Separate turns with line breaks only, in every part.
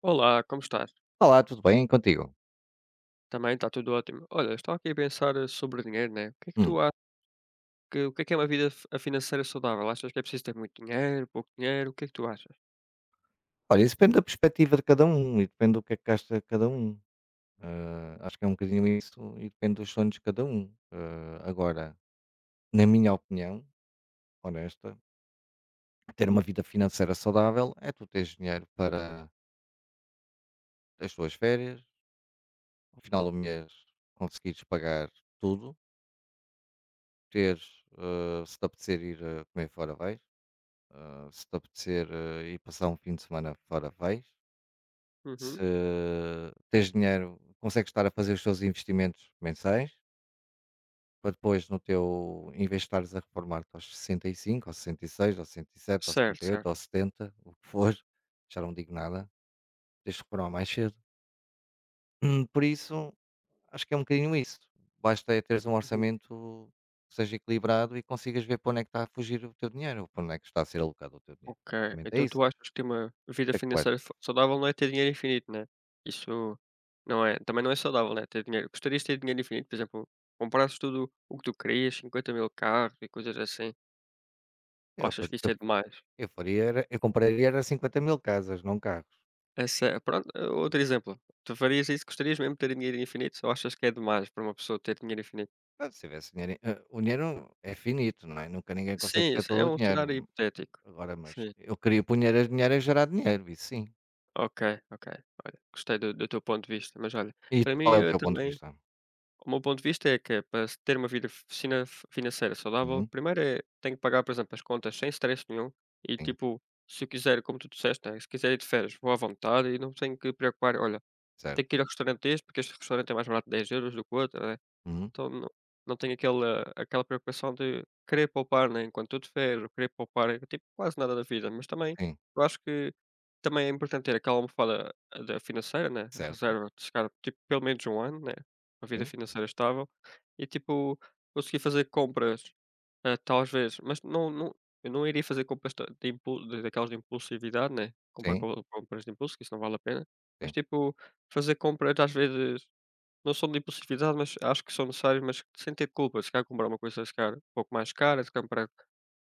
Olá, como estás?
Olá, tudo bem? Contigo?
Também está tudo ótimo. Olha, estou aqui a pensar sobre dinheiro, né? O que é que
Hum.
tu achas o que é uma vida a financeira saudável? Achas que é preciso ter muito dinheiro, pouco dinheiro? O que é que tu achas?
Olha, isso depende da perspectiva de cada um e depende do que é que gasta cada um. Acho que é um bocadinho isso e depende dos sonhos de cada um. Agora, na minha opinião, honesta, ter uma vida financeira saudável é tu teres dinheiro para as tuas férias, ao final do mês conseguires pagar tudo, teres, se te apetecer ir comer fora, vais. Se te apetecer ir passar um fim de semana fora, vais.
Uhum.
Se tens dinheiro, consegues estar a fazer os teus investimentos mensais, para depois no teu, em vez de estares a reformar-te aos 65, aos 66, aos 67, aos
Certo,
68,
certo.
aos 70 o que for, já não digo nada, tens de reformar mais cedo. Por isso, acho que é um bocadinho isso. Basta é teres um
Uhum.
orçamento que seja equilibrado e consigas ver para onde é que está a fugir o teu dinheiro, ou para onde é que está a ser alocado o teu dinheiro.
Ok.
Basicamente é
Então
isso.
tu achas que ter uma
O
vida
que é que tu
financeira
achas?
saudável não é ter dinheiro infinito, né? Isso não é, também não é saudável, né? Ter dinheiro. Gostarias de ter dinheiro infinito, por exemplo, comprasses tudo o que tu querias, 50 mil carros e coisas assim. Ou
Eu,
achas
faz-
que isso é demais?
eu faria, eu compraria era 50.000 casas, não carros.
É sé pronto, outro exemplo. Tu farias isso? Gostarias mesmo de ter dinheiro infinito ou achas que é demais para uma pessoa ter dinheiro infinito?
Se tivesse dinheiro, o dinheiro é finito, não é? Nunca ninguém consegue
Sim,
ter
isso
todo
é
o
um
dinheiro.
cenário hipotético.
Agora, mas
Sim.
eu queria que o dinheiro a gerar dinheiro, isso sim.
Ok, ok. Olha, gostei do teu ponto de vista, mas olha,
E
para
qual
mim,
é o
eu
teu ponto de
também
vista?
o meu ponto de vista é que para se ter uma vida financeira saudável,
Uhum,
primeiro é tenho que pagar, por exemplo, as contas sem stress nenhum e,
sim,
tipo, se eu quiser, como tu disseste, né, se quiser ir de férias, vou à vontade e não tenho que preocupar: "Olha, tenho que
certo.
ir ao restaurante este, porque este restaurante é mais barato 10 euros do que o outro", né?
Uhum,
Então não tenho aquela preocupação de querer poupar, né, enquanto tudo de ou querer poupar, tipo, quase nada da vida, mas também
sim,
eu acho que também é importante ter aquela almofada da financeira, né, a
certo.
reserva de chegar, tipo, pelo menos um ano, né, uma vida
Sim,
financeira estável e, tipo, conseguir fazer compras, talvez, mas não eu não iria fazer compras ta de impul de daquelas de impulsividade, né, comprar
sim,
co compras de impulso, que isso não vale a pena, mas,
sim,
tipo, fazer compras às vezes não são de impulsividade, mas acho que são necessários, mas sem ter culpa. Se calhar comprar uma coisa, se calhar, um pouco mais cara, se calhar comprar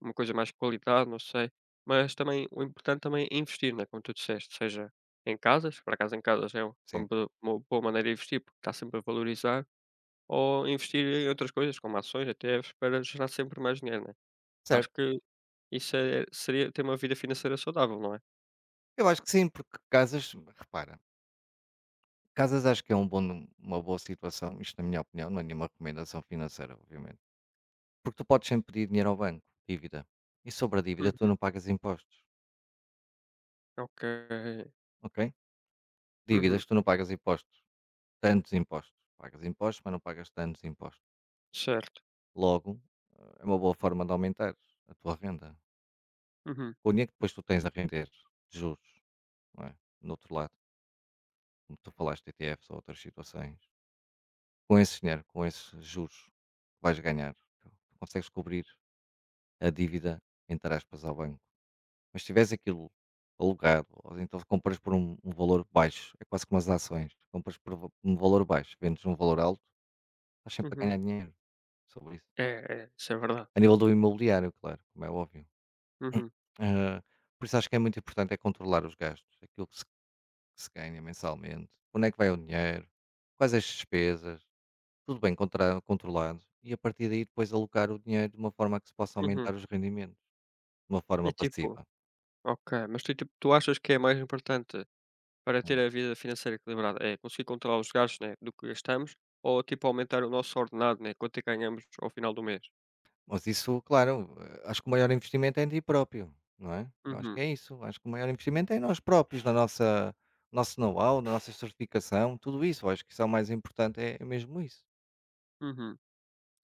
uma coisa mais de qualidade, não sei. Mas também, o importante também é investir, né, como tu disseste, seja em casas, para casa em casas é
sim,
uma uma boa maneira de investir, porque está sempre a valorizar, ou investir em outras coisas, como ações, ETFs, para gerar sempre mais dinheiro, né? Acho
certo.
que seria ter uma vida financeira saudável, não é?
Eu acho que sim, porque casas, repara, casas acho que é um bom, uma boa situação, isto na minha opinião, não é nenhuma recomendação financeira, obviamente. Porque tu podes sempre pedir dinheiro ao banco, dívida. E sobre a dívida tu
Uhum.
não pagas impostos,
Ok.
ok?
Uhum.
Dívidas tu não pagas impostos. Tantos impostos. Pagas impostos, mas não pagas tantos impostos.
Certo.
Logo, é uma boa forma de aumentar a tua renda.
Uhum.
Com o dinheiro que depois tu tens a render de juros, não é? No outro lado, como tu falaste de ETFs ou outras situações, com esse dinheiro, com esses juros que vais ganhar, tu consegues cobrir a dívida, entre aspas, ao banco. Mas se tiveres aquilo alugado, ou então compras por um valor baixo, é quase como as ações, compras por um valor baixo, vendes um valor alto, estás sempre a
Uhum.
ganhar dinheiro sobre isso.
É, é, isso é verdade.
A nível do imobiliário, claro, como é óbvio.
Uhum.
Ah, por isso acho que é muito importante é controlar os gastos, aquilo que se ganha mensalmente, onde é que vai o dinheiro, quais as despesas, tudo bem controlado e a partir daí depois alocar o dinheiro de uma forma que se possa
Uhum.
aumentar os rendimentos, de uma
E
forma
tipo
passiva.
ok, mas tu tipo, tu achas que é mais importante para ter
Hum.
a vida financeira equilibrada, é conseguir controlar os gastos, né, do que gastamos ou tipo aumentar o nosso ordenado, né, quanto é que ganhamos ao final do mês?
Mas isso, claro, acho que o maior investimento é em ti próprio, não é? Eu acho
Uhum,
que é isso. Acho que o maior investimento é em nós próprios, na nossa nosso know-how, na nossa certificação, tudo isso. Eu acho que isso é o mais importante, é mesmo isso.
uhum,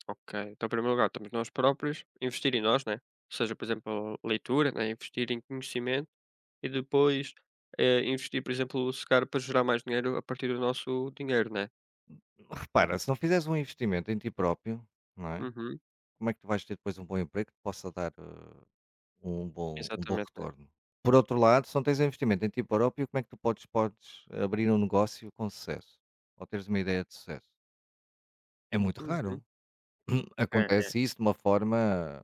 ok. Então, em primeiro lugar, estamos nós próprios, investir em nós, né, ou seja, por exemplo, leitura, né, investir em conhecimento e depois, investir, por exemplo, se calhar para gerar mais dinheiro a partir do nosso dinheiro, né?
Repara, se não fizeres um investimento em ti próprio, não é?
Uhum,
Como é que tu vais ter depois um bom emprego que te possa dar um bom
exatamente, né?
retorno? Por outro lado, se não tens um investimento em ti próprio, como é que tu podes abrir um negócio com sucesso? Ou teres uma ideia de sucesso? É muito
Uhum.
raro.
É, é.
Acontece isso de uma forma,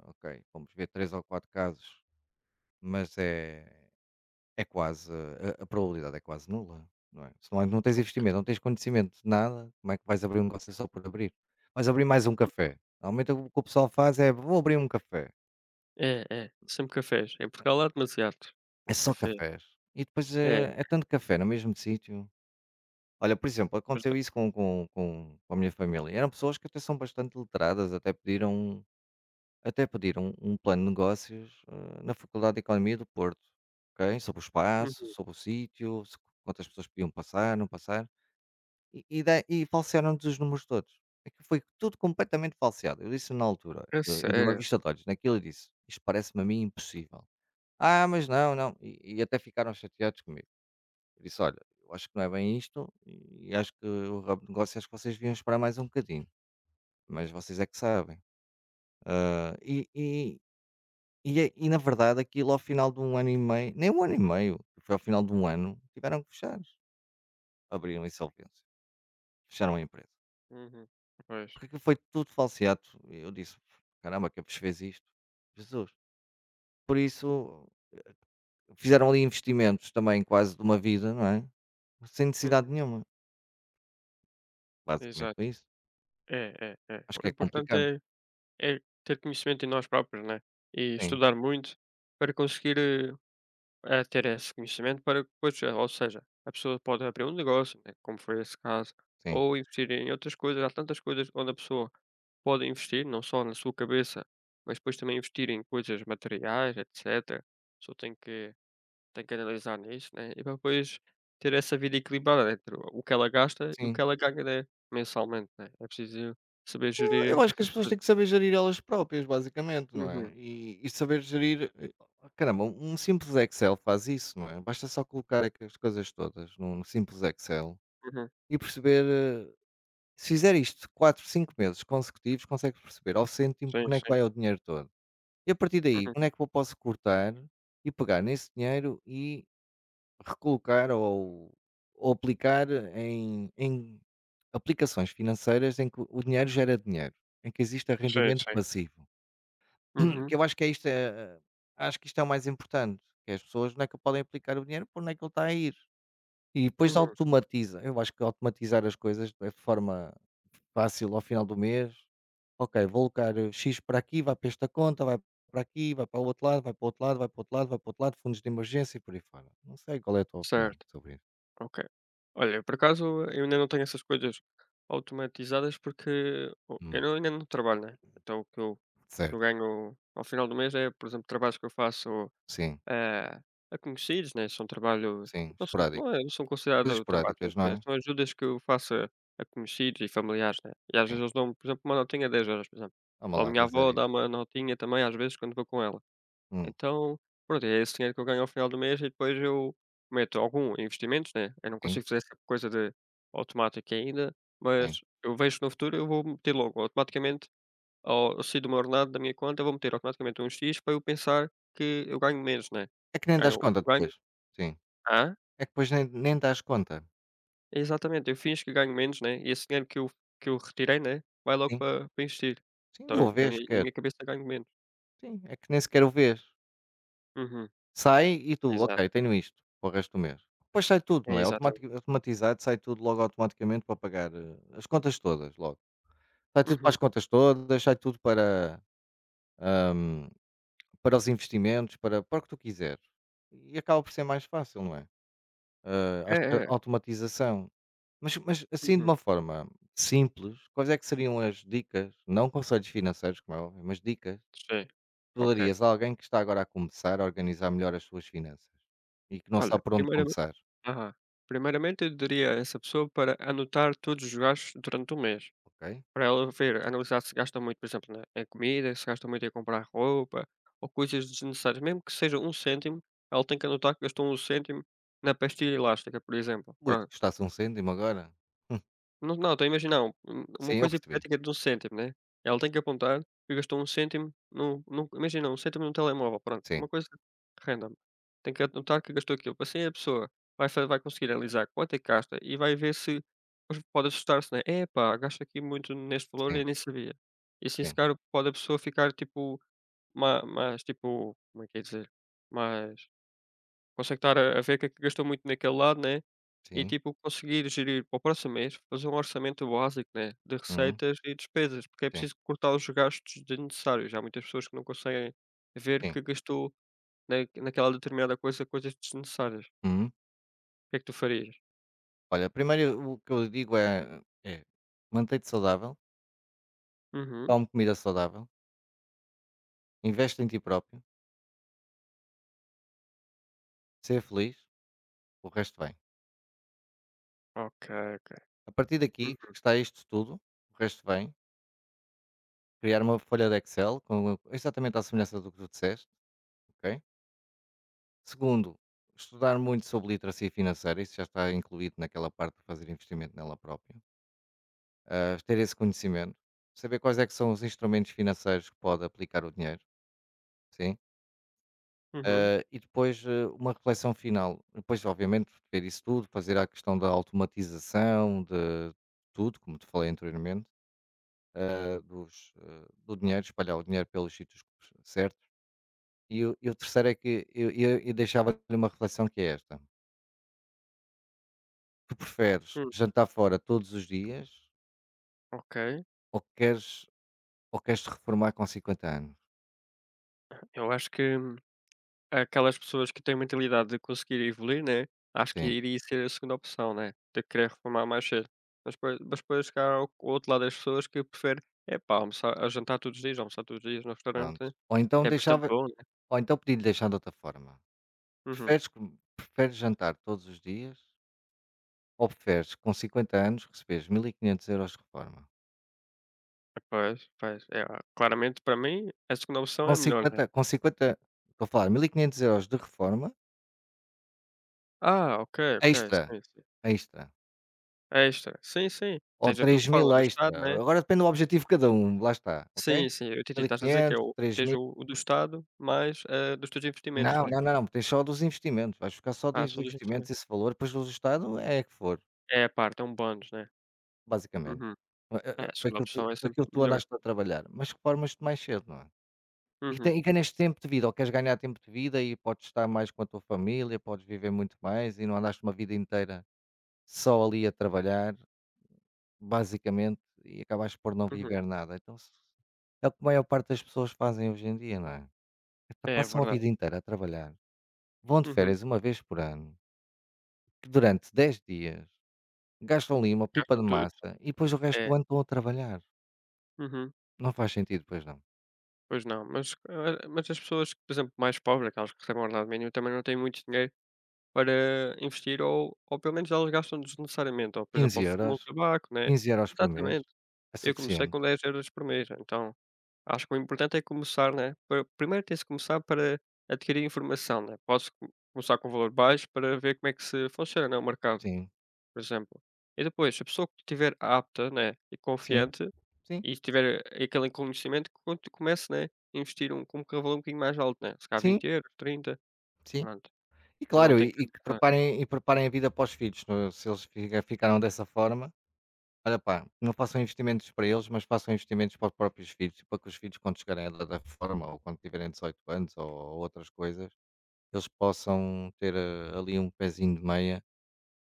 ok, vamos ver três ou quatro casos, mas é, É quase a probabilidade é quase nula, não é? Se não é, não tens investimento, não tens conhecimento de nada, como é que vais abrir um negócio só por abrir? Vais abrir mais um café. Normalmente o que o pessoal faz é: "Vou abrir um café",
É, é. Sempre cafés. Em Portugal há demasiado
é só
café.
cafés. E depois
É,
é tanto café no mesmo sítio. Olha, por exemplo,
mas
aconteceu isso com a minha família. Eram pessoas que até são bastante letradas, até pediram um plano de negócios, na Faculdade de Economia do Porto, ok? Sobre o espaço,
uhum.
sobre o sítio, se quantas pessoas podiam passar, não passar. E falsearam-nos os números todos. Aquilo foi tudo completamente falseado. Eu disse na altura,
A
eu dei uma
sério?
vista de olhos naquilo e disse: "Isto parece-me a mim impossível". "Ah, mas não, não". E até ficaram chateados comigo. Eu disse: "Olha, eu acho que não é bem isto e acho que o ramo de negócio acho que vocês deviam esperar mais um bocadinho, mas vocês é que sabem". Ah, e e e na verdade aquilo ao final de um ano e meio, nem um ano e meio, foi ao final de um ano, tiveram que fechar. Abriram insolvência, fecharam a empresa.
Uhum. Pois.
Porque aquilo foi tudo falseado. Eu disse: "Caramba, quem vos fez isto? Jesus". Por isso, fizeram ali investimentos também quase de uma vida, não é? Sem necessidade
Uhum.
nenhuma. Basicamente foi
Exato.
isso.
É, é, é.
Acho
O
que é
importante
complicado.
é ter conhecimento em nós próprios, né, e
Sim,
estudar muito para conseguir, ter esse conhecimento para que depois ou seja, a pessoa pode abrir um negócio, né, como foi esse caso,
sim,
ou investir em outras coisas. Há tantas coisas onde a pessoa pode investir, não só na sua cabeça, mas depois também investir em coisas materiais, etcétera. Só tem que Tem que analisar nisso, né, e para depois ter essa vida equilibrada entre o que ela gasta e o que
sim.
ela ganha, né, mensalmente, né. É preciso saber gerir
Eu acho que as
essas
pessoas têm que
coisas.
saber gerir elas próprias, basicamente, não
Uhum,
é? E saber gerir oh, caramba, um simples Excel faz isso, não é? Basta só colocar aqui as coisas todas num simples Excel
uhum.
e perceber se fizer isto 4 5 meses consecutivos, consegue perceber ao cêntimo
Sim,
onde é que
sim.
vai o dinheiro todo. E a partir daí,
Uhum.
onde é que eu posso cortar e pegar nesse dinheiro e recolocar ou aplicar em aplicações financeiras em que o dinheiro gera dinheiro, em que exista
Sim,
rendimento
sim.
passivo. Que
Uhum,
eu acho que é isto, acho que isto é o mais importante, que as pessoas onde é que podem aplicar o dinheiro, por onde é que ele está a ir. E depois
uhum.
automatiza. Eu acho que automatizar as coisas de forma fácil ao final do mês. Ok, vou alocar X para aqui, vai para esta conta, vai para aqui, vai para o outro lado, vai para o outro lado, vai para o outro lado, vai para o outro lado, fundos de emergência e por aí fora. Não sei qual é a tua opinião
Certo,
sobre isso.
ok. Olha, por acaso eu ainda não tenho essas coisas automatizadas porque o eu
Hum,
ainda não trabalho, né, então o que eu
certo,
ganho ao final do mês é, por exemplo, trabalhos que eu faço
sim,
a a conhecidos, né, são trabalhos
sim, esporádicas.
não são
Coisas
considerado trabalho,
esporádicas, não é?
são ajudas que eu faço a conhecidos e familiares, né, e às
Sim,
vezes eles dão por exemplo, uma notinha de 10 € por exemplo,
vamos
ou a
lá,
minha
vai zero.
avó dá uma notinha também às vezes quando vou com ela.
Hum,
Então, pronto, é esse dinheiro que eu ganho ao final do mês e depois eu meto algum em investimentos, né, eu não
sim,
consigo fazer essa coisa de automática ainda,
sim.
mas eu vejo que no futuro eu vou meter logo automaticamente ao eu sair do meu ordenado, da minha conta, vou meter automaticamente uns X para eu pensar que eu ganho menos, né.
É que nem das
Ganho o
conta
que
depois.
ganho
Sim.
ah
É que depois nem das conta.
Exatamente, eu finjo que ganho menos, né, e esse dinheiro que eu retirei, né, vai logo
Sim.
para investir.
Sim,
Então
eu vejo
na
vês.
minha cabeça ganho menos.
Sim, é que nem sequer o vês.
Uhum,
Sai e tu,
exato.
ok, tenho isto para o resto do mês. Depois sai tudo,
É
não é?
exatamente.
Automatizado, sai tudo logo automaticamente para pagar as contas todas, logo. Sai tudo para
Uhum.
as contas todas, sai tudo para, hum, para os investimentos, para o que tu quiseres. E acaba por ser mais fácil, não é?
É,
Acho que a
é, é.
automatização. Mas assim, de
Uhum.
uma forma simples, quais é que seriam as dicas, não conselhos financeiros, como é óbvio, mas dicas,
Sim.
que tu
Ok.
darias a alguém que está agora a começar a organizar melhor as suas finanças e que não
Olha,
sabe por onde começar?
ah Primeiramente eu diria a essa pessoa para anotar todos os gastos durante o mês.
Ok.
Para ela ver, analisar se gasta muito, por exemplo, na em comida, se gasta muito em comprar roupa ou coisas desnecessárias, mesmo que seja um cêntimo, ela tem que anotar que gastou um cêntimo na pastilha elástica, por exemplo.
Ui, que custasse um cêntimo agora? Hum,
Não, não, estou a imaginar uma
sim, eu
coisa
percebi.
hipotética de um cêntimo, né. Ela tem que apontar que gastou um cêntimo no num imagina, um cêntimo num telemóvel, pronto,
Sim,
uma coisa random. Tem que apontar que gastou aquilo. Assim a pessoa vai conseguir analisar quanto é que gasta e vai ver se depois pode assustar-se, né: é pá gasto aqui muito neste valor
sim,
e nem sabia. E assim se
sim,
calhar pode a pessoa ficar tipo ma mais tipo, como é que é dizer, mais. Consegue estar a ver que é que gastou muito naquele lado, né, e
sim,
tipo conseguir gerir para o próximo mês, fazer um orçamento básico, né, de
uhum,
receitas e despesas, porque é
sim,
preciso cortar os gastos desnecessários. Há muitas pessoas que não conseguem ver
sim,
que gastou na naquela determinada coisa, coisas desnecessárias.
uhum.
O que é que tu farias?
Olha, primeiro o que eu digo é: mantém-te saudável,
Uhum.
come comida saudável, investe em ti próprio, ser feliz, o resto vem.
Ok, ok.
A partir daqui que
Uhum,
está isto tudo, o resto vem. Criar uma folha de Excel com exatamente à semelhança do que tu disseste, ok. Segundo, estudar muito sobre literacia financeira, isso já está incluído naquela parte de fazer investimento nela própria. Ter esse conhecimento, saber quais é que são os instrumentos financeiros que pode aplicar o dinheiro, sim.
uhum,
E depois uma reflexão final. Depois, obviamente, ver isso tudo, fazer a questão da automatização, de tudo, como te falei anteriormente, do dinheiro, espalhar o dinheiro pelos sítios certos. E o terceiro é que eu deixava-lhe uma reflexão que é esta. Tu preferes
hum,
jantar fora todos os dias
ok.
ou queres, ou queres te reformar com 50 anos?
Eu acho que aquelas pessoas que têm mentalidade de conseguir evoluir, né, acho que
Sim,
iria ser a segunda opção, né, de querer reformar mais cedo. Mas depois se ao há outro lado das pessoas que preferem, é "Epá, almoçar a jantar todos os dias, almoçar todos os dias no restaurante
pronto.
é bastante bom, né".
Ou então podia-lhe deixar de outra forma.
Uhum.
Preferes jantar todos os dias ou preferes com 50 anos receberes €1500 de reforma?
Pois, pois, é, claramente para mim a segunda opção
Com
é melhor, né.
cinquenta com cinquenta estou a falar, €1500 de reforma
Ok, ok,
extra,
sim, sim.
extra.
É, extra. Sim, sim,
Ou
tens a tua
3000
forma do Estado,
extra.
né.
Agora depende do objetivo de cada um, lá está, ok?
Sim, sim, eu entendi,
mil e
estás a dizer que é
quinhentos
o
três
tens
mil
o do Estado mais, dos teus investimentos,
Não,
né.
não, não, não, tens só dos investimentos. Vais ficar só dos
Só dos
investimentos
investimentos.
esse valor, depois do Estado é que for,
É a parte, é um bónus, né.
basicamente.
Uhum. É, a
Foi
segunda
aquilo que
opção
tu,
é
foi
sempre
aquilo que tu
melhor.
andaste a trabalhar. Mas reformas-te mais cedo, não é? E, te-
Uhum,
e ganhas tempo de vida, ou queres ganhar tempo de vida e podes estar mais com a tua família, podes viver muito mais e não andaste uma vida inteira só ali a trabalhar, basicamente, e acabaste por não
uhum.
viver nada. É o que a maior parte das pessoas fazem hoje em dia, não é? Epá,
É
passam a
verdade.
vida inteira a trabalhar, vão de
Uhum.
férias uma vez por ano, que durante 10 dias gastam ali uma pipa
Gastam
de
tudo.
massa e depois o resto
É.
do ano estão a trabalhar.
Uhum.
Não faz sentido, pois não.
Pois não, mas as pessoas, por exemplo, mais pobres, aquelas que recebem um ordenado mínimo, também não têm muito dinheiro para investir ou pelo menos elas gastam desnecessariamente, ou por exemplo,
quinze
ou fumam
euros,
tabaco, né.
€15 por mês
Exatamente.
é
Eu comecei
suficiente,
com 10 euros por mês, então acho que o importante é começar, né, para primeiro tem-se que começar para adquirir informação, né. Posso co começar com um valor baixo para ver como é que se funciona, né, o mercado.
sim,
Por exemplo. E depois, se a pessoa que estiver apta, né, e
sim,
confiante,
sim.
e tiver aquele conhecimento, quando comece, né, a investir com um valor um bocadinho mais alto, né? Se calhar
Sim,
20€, 30,
sim.
pronto.
E
Cada um
claro, e
tem que
e que
analisar.
preparem e preparem a vida para os filhos, se eles ficaram dessa forma, olha pá, não façam investimentos para eles, mas façam investimentos para os próprios filhos, para que os filhos quando chegarem à idade da reforma ou quando tiverem 18 anos ou outras coisas, eles possam ter, ali um pezinho de meia,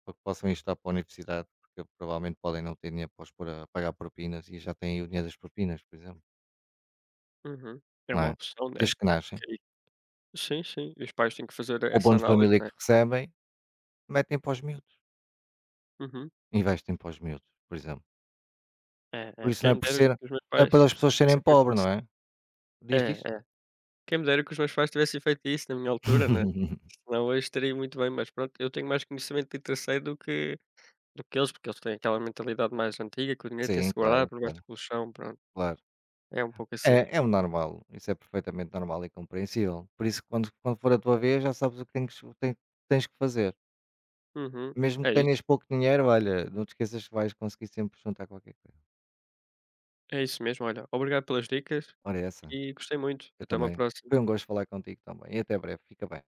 para que possam ir estudar para a universidade, porque provavelmente podem não ter dinheiro para os pôr a pagar propinas e já têm o dinheiro das propinas, por exemplo,
Uhum. É
não
uma
é?
opção, né?
Desde que nascem.
Que sim, sim. E os pais têm que fazer
O
essa
abono de
análise,
família
né?
que recebem, metem para os miúdos,
Uhum.
investem para os miúdos, por exemplo.
É,
Por
é.
isso não
Quem
é
me
por
dera
ser,
que os meus
não é
pais
para as pessoas serem
tivessem feito
pobres,
isso.
não é?
É,
Diz, diz?
é. Quem me dera que os meus pais tivessem feito isso na minha altura, né? Senão eu estaria muito bem, mas pronto, eu tenho mais conhecimento de terceiro do que eles, porque eles têm aquela mentalidade mais antiga que o dinheiro
Sim,
tem-se guardado
claro,
por baixo
claro,
do colchão, pronto,
claro.
é um pouco assim.
É, é o normal, isso é perfeitamente normal e compreensível. Por isso, quando for a tua vez, já sabes o que tens o tem tens que fazer.
Uhum,
Mesmo que
é
tenhas
isso,
pouco dinheiro, olha, não te esqueças que vais conseguir sempre juntar qualquer coisa.
é isso mesmo. Olha, obrigado pelas dicas
Ora é essa,
e gostei muito.
eu
Até uma
também.
próxima.
Foi um gosto falar contigo também e até breve, fica bem.